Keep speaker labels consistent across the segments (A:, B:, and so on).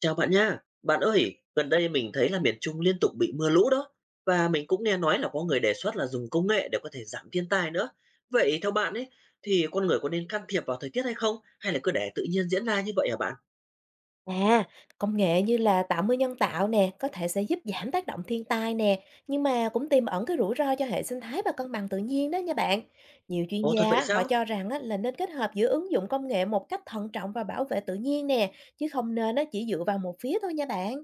A: Chào bạn nha. Bạn ơi, gần đây mình thấy là miền Trung liên tục bị mưa lũ đó và mình cũng nghe nói là có người đề xuất là dùng công nghệ để có thể giảm thiên tai nữa. Vậy theo bạn ấy thì con người có nên can thiệp vào thời tiết hay không hay là cứ để tự nhiên diễn ra như vậy hả bạn?
B: À, Công nghệ như là tạo mưa nhân tạo nè, có thể sẽ giúp giảm tác động thiên tai nè, nhưng mà cũng tiềm ẩn cái rủi ro cho hệ sinh thái và cân bằng tự nhiên đó nha bạn. Nhiều chuyên
A: Ồ thật
B: gia
A: vậy
B: á, họ
A: sao?
B: cho rằng á, là nên kết hợp giữa ứng dụng công nghệ một cách thận trọng và bảo vệ tự nhiên nè, chứ không nên nó chỉ dựa vào một phía thôi nha bạn.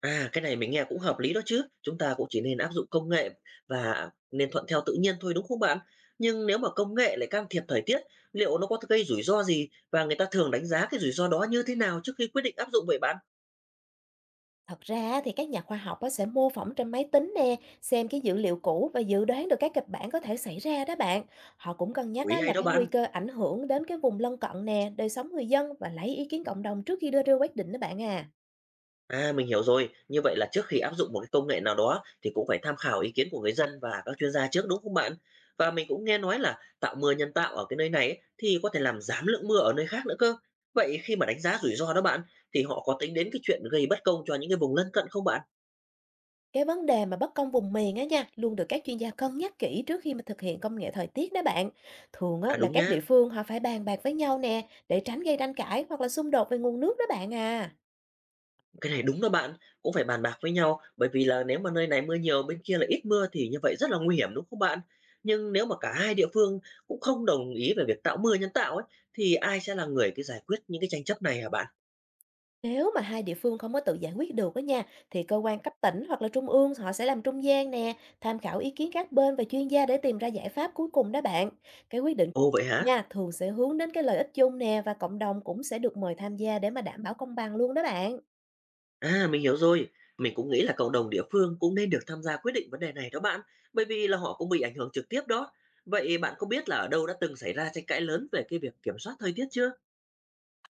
A: À cái này mình nghe cũng hợp lý đó chứ. Chúng ta cũng chỉ nên áp dụng công nghệ và nên thuận theo tự nhiên thôi đúng không bạn? Nhưng nếu mà công nghệ lại can thiệp thời tiết, liệu nó có gây rủi ro gì và người ta thường đánh giá cái rủi ro đó như thế nào trước khi quyết định áp dụng vậy bạn?
B: Thật ra á thì các nhà khoa học á sẽ mô phỏng trên máy tính nè, xem cái dữ liệu cũ và dự đoán được các kịch bản có thể xảy ra đó bạn. Họ cũng cân
A: Ủa,
B: nhắc á
A: ý hay
B: là
A: đó
B: cái nguy
A: bạn.
B: cơ ảnh hưởng đến cái vùng lân cận nè, đời sống người dân và lấy ý kiến cộng đồng trước khi đưa ra quyết định đó bạn à.
A: À, mình hiểu rồi. Như vậy là trước khi áp dụng một cái công nghệ nào đó thì cũng phải tham khảo ý kiến của người dân và các chuyên gia trước đúng không bạn? Và mình cũng nghe nói là tạo mưa nhân tạo ở cái nơi này ấy, thì có thể làm giảm lượng mưa ở nơi khác nữa cơ. Vậy khi mà đánh giá rủi ro đó bạn thì họ có tính đến cái chuyện gây bất công cho những cái vùng lân cận không bạn?
B: Cái vấn đề mà bất công vùng miền á nha, luôn được các chuyên gia cân nhắc kỹ trước khi mà thực hiện công nghệ thời tiết đó bạn. Thường á
A: À
B: là
A: đúng
B: các
A: nhá.
B: địa phương họ phải bàn bạc với nhau nè, để tránh gây tranh cãi hoặc là xung đột về nguồn nước đó bạn à.
A: Cái này đúng đó bạn, cũng phải bàn bạc với nhau, bởi vì là nếu mà nơi này mưa nhiều, bên kia lại ít mưa thì như vậy rất là nguy hiểm, đúng không bạn? Nhưng nếu mà cả hai địa phương cũng không đồng ý về việc tạo mưa nhân tạo ấy, thì ai sẽ là người cái giải quyết những cái tranh chấp này hả bạn?
B: Nếu mà hai địa phương không có tự giải quyết được đó nha, thì cơ quan cấp tỉnh hoặc là trung ương họ sẽ làm trung gian nè, tham khảo ý kiến các bên và chuyên gia để tìm ra giải pháp cuối cùng đó bạn. Cái quyết định cuối
A: Ồ vậy
B: cùng
A: hả?
B: nha thường sẽ hướng đến cái lợi ích chung nè, và cộng đồng cũng sẽ được mời tham gia để mà đảm bảo công bằng luôn đó bạn.
A: À mình hiểu rồi. Mình cũng nghĩ là cộng đồng địa phương cũng nên được tham gia quyết định vấn đề này đó bạn, bởi vì là họ cũng bị ảnh hưởng trực tiếp đó. Vậy bạn có biết là ở đâu đã từng xảy ra tranh cãi lớn về cái việc kiểm soát thời tiết chưa?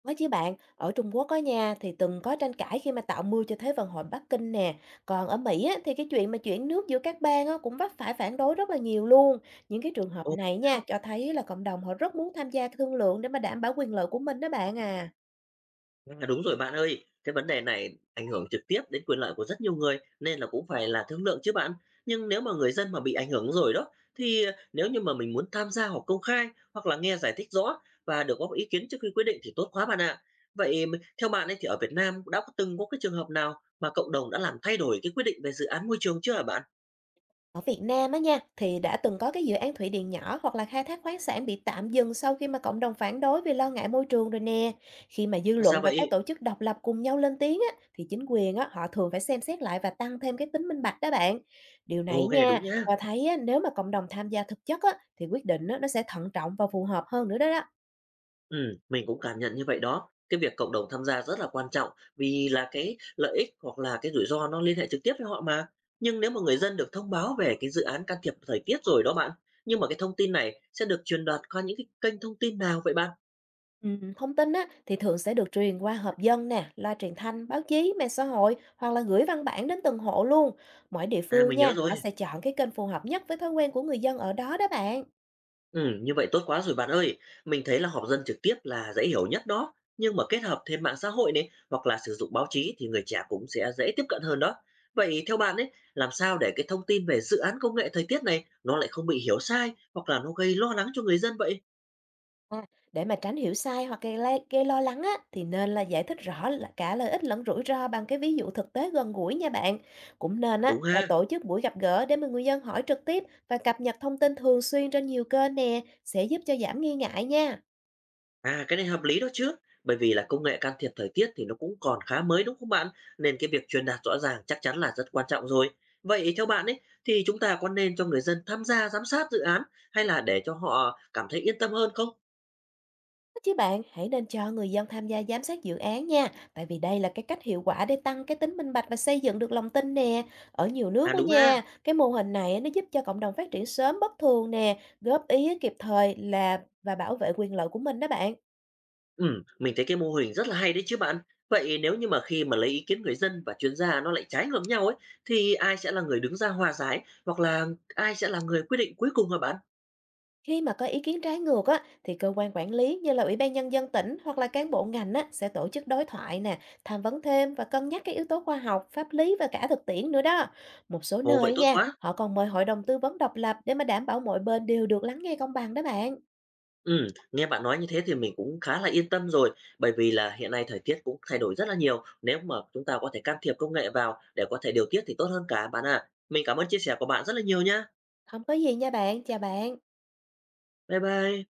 B: Có chứ bạn, ở Trung Quốc có nha, thì từng có tranh cãi khi mà tạo mưu cho Thế vận hội Bắc Kinh nè. Còn ở Mỹ á, thì cái chuyện mà chuyển nước giữa các bang á, cũng vấp phải phản đối rất là nhiều luôn. Những cái trường hợp
A: Ồ,
B: này nha
A: sao?
B: cho thấy là cộng đồng họ rất muốn tham gia thương lượng để mà đảm bảo quyền lợi của mình đó bạn à.
A: À, đúng rồi bạn ơi, cái vấn đề này ảnh hưởng trực tiếp đến quyền lợi của rất nhiều người nên là cũng phải là thương lượng chứ bạn. Nhưng nếu mà người dân mà bị ảnh hưởng rồi đó thì nếu như mà mình muốn tham gia họp công khai hoặc là nghe giải thích rõ và được góp ý kiến trước khi quyết định thì tốt quá bạn ạ. Vậy theo bạn ấy thì ở Việt Nam đã có từng có cái trường hợp nào mà cộng đồng đã làm thay đổi cái quyết định về dự án môi trường chưa hả bạn?
B: Ở Việt Nam á nha, thì đã từng có cái dự án thủy điện nhỏ hoặc là khai thác khoáng sản bị tạm dừng sau khi mà cộng đồng phản đối vì lo ngại môi trường rồi nè. Khi mà dư
A: À, sao
B: luận và các
A: vậy?
B: tổ chức độc lập cùng nhau lên tiếng á, thì chính quyền á, họ thường phải xem xét lại và tăng thêm cái tính minh bạch đó bạn. Điều này
A: Ồ cái này đúng
B: nha,
A: nhá.
B: và thấy á, nếu mà cộng đồng tham gia thực chất á, thì quyết định á, nó sẽ thận trọng và phù hợp hơn nữa đó đó.
A: Mình cũng cảm nhận như vậy đó. Cái việc cộng đồng tham gia rất là quan trọng vì là cái lợi ích hoặc là cái rủi ro nó liên hệ trực tiếp với họ mà. Nhưng nếu mà người dân được thông báo về cái dự án can thiệp thời tiết rồi đó bạn, nhưng mà cái thông tin này sẽ được truyền đạt qua những cái kênh thông tin nào vậy bạn?
B: Thông tin á, thì thường sẽ được truyền qua họp dân nè, loa truyền thanh, báo chí, mạng xã hội hoặc là gửi văn bản đến từng hộ luôn. Mỗi địa
A: À,
B: phương
A: mình
B: nha,
A: nhớ
B: họ
A: rồi.
B: sẽ chọn cái kênh phù hợp nhất với thói quen của người dân ở đó đó bạn.
A: Ừ như vậy tốt quá rồi bạn ơi. Mình thấy là họp dân trực tiếp là dễ hiểu nhất đó, nhưng mà kết hợp thêm mạng xã hội này hoặc là sử dụng báo chí thì người trẻ cũng sẽ dễ tiếp cận hơn đó. Vậy theo bạn ấy, làm sao để cái thông tin về dự án công nghệ thời tiết này nó lại không bị hiểu sai hoặc là nó gây lo lắng cho người dân vậy?
B: À, để mà tránh hiểu sai hoặc gây lo lắng á, thì nên là giải thích rõ là cả lợi ích lẫn rủi ro bằng cái ví dụ thực tế gần gũi nha bạn. Cũng nên
A: À,
B: á,
A: đúng
B: là
A: ha?
B: tổ chức buổi gặp gỡ để mà người dân hỏi trực tiếp và cập nhật thông tin thường xuyên trên nhiều kênh nè, sẽ giúp cho giảm nghi ngại nha.
A: À, cái này hợp lý đó chứ. Bởi vì là công nghệ can thiệp thời tiết thì nó cũng còn khá mới đúng không bạn? Nên cái việc truyền đạt rõ ràng chắc chắn là rất quan trọng rồi. Vậy theo bạn ấy thì chúng ta có nên cho người dân tham gia giám sát dự án hay là để cho họ cảm thấy yên tâm hơn không?
B: Chứ bạn, hãy nên cho người dân tham gia giám sát dự án nha, tại vì đây là cái cách hiệu quả để tăng cái tính minh bạch và xây dựng được lòng tin nè. Ở nhiều nước
A: À
B: đó
A: đúng ha.
B: nha, cái mô hình này á, nó giúp cho cộng đồng phát triển sớm bất thường nè, góp ý kịp thời là và bảo vệ quyền lợi của mình đó bạn.
A: Ừ, mình thấy cái mô hình rất là hay đấy chứ bạn. Vậy nếu như mà khi mà lấy ý kiến người dân và chuyên gia nó lại trái ngược nhau ấy thì ai sẽ là người đứng ra hòa giải hoặc là ai sẽ là người quyết định cuối cùng hả bạn?
B: Khi mà có ý kiến trái ngược á, thì cơ quan quản lý như là Ủy ban Nhân dân tỉnh hoặc là cán bộ ngành á, sẽ tổ chức đối thoại nè, tham vấn thêm và cân nhắc các yếu tố khoa học, pháp lý và cả thực tiễn nữa đó. Một số
A: Ồ vậy
B: nơi
A: tốt
B: nha,
A: quá.
B: họ còn mời hội đồng tư vấn độc lập để mà đảm bảo mọi bên đều được lắng nghe công bằng đó bạn.
A: Nghe bạn nói như thế thì mình cũng khá là yên tâm rồi, bởi vì là hiện nay thời tiết cũng thay đổi rất là nhiều, nếu mà chúng ta có thể can thiệp công nghệ vào để có thể điều tiết thì tốt hơn cả, bạn ạ. Mình cảm ơn chia sẻ của bạn rất là nhiều nhá.
B: Không có gì nha bạn, chào bạn.
A: Bye bye.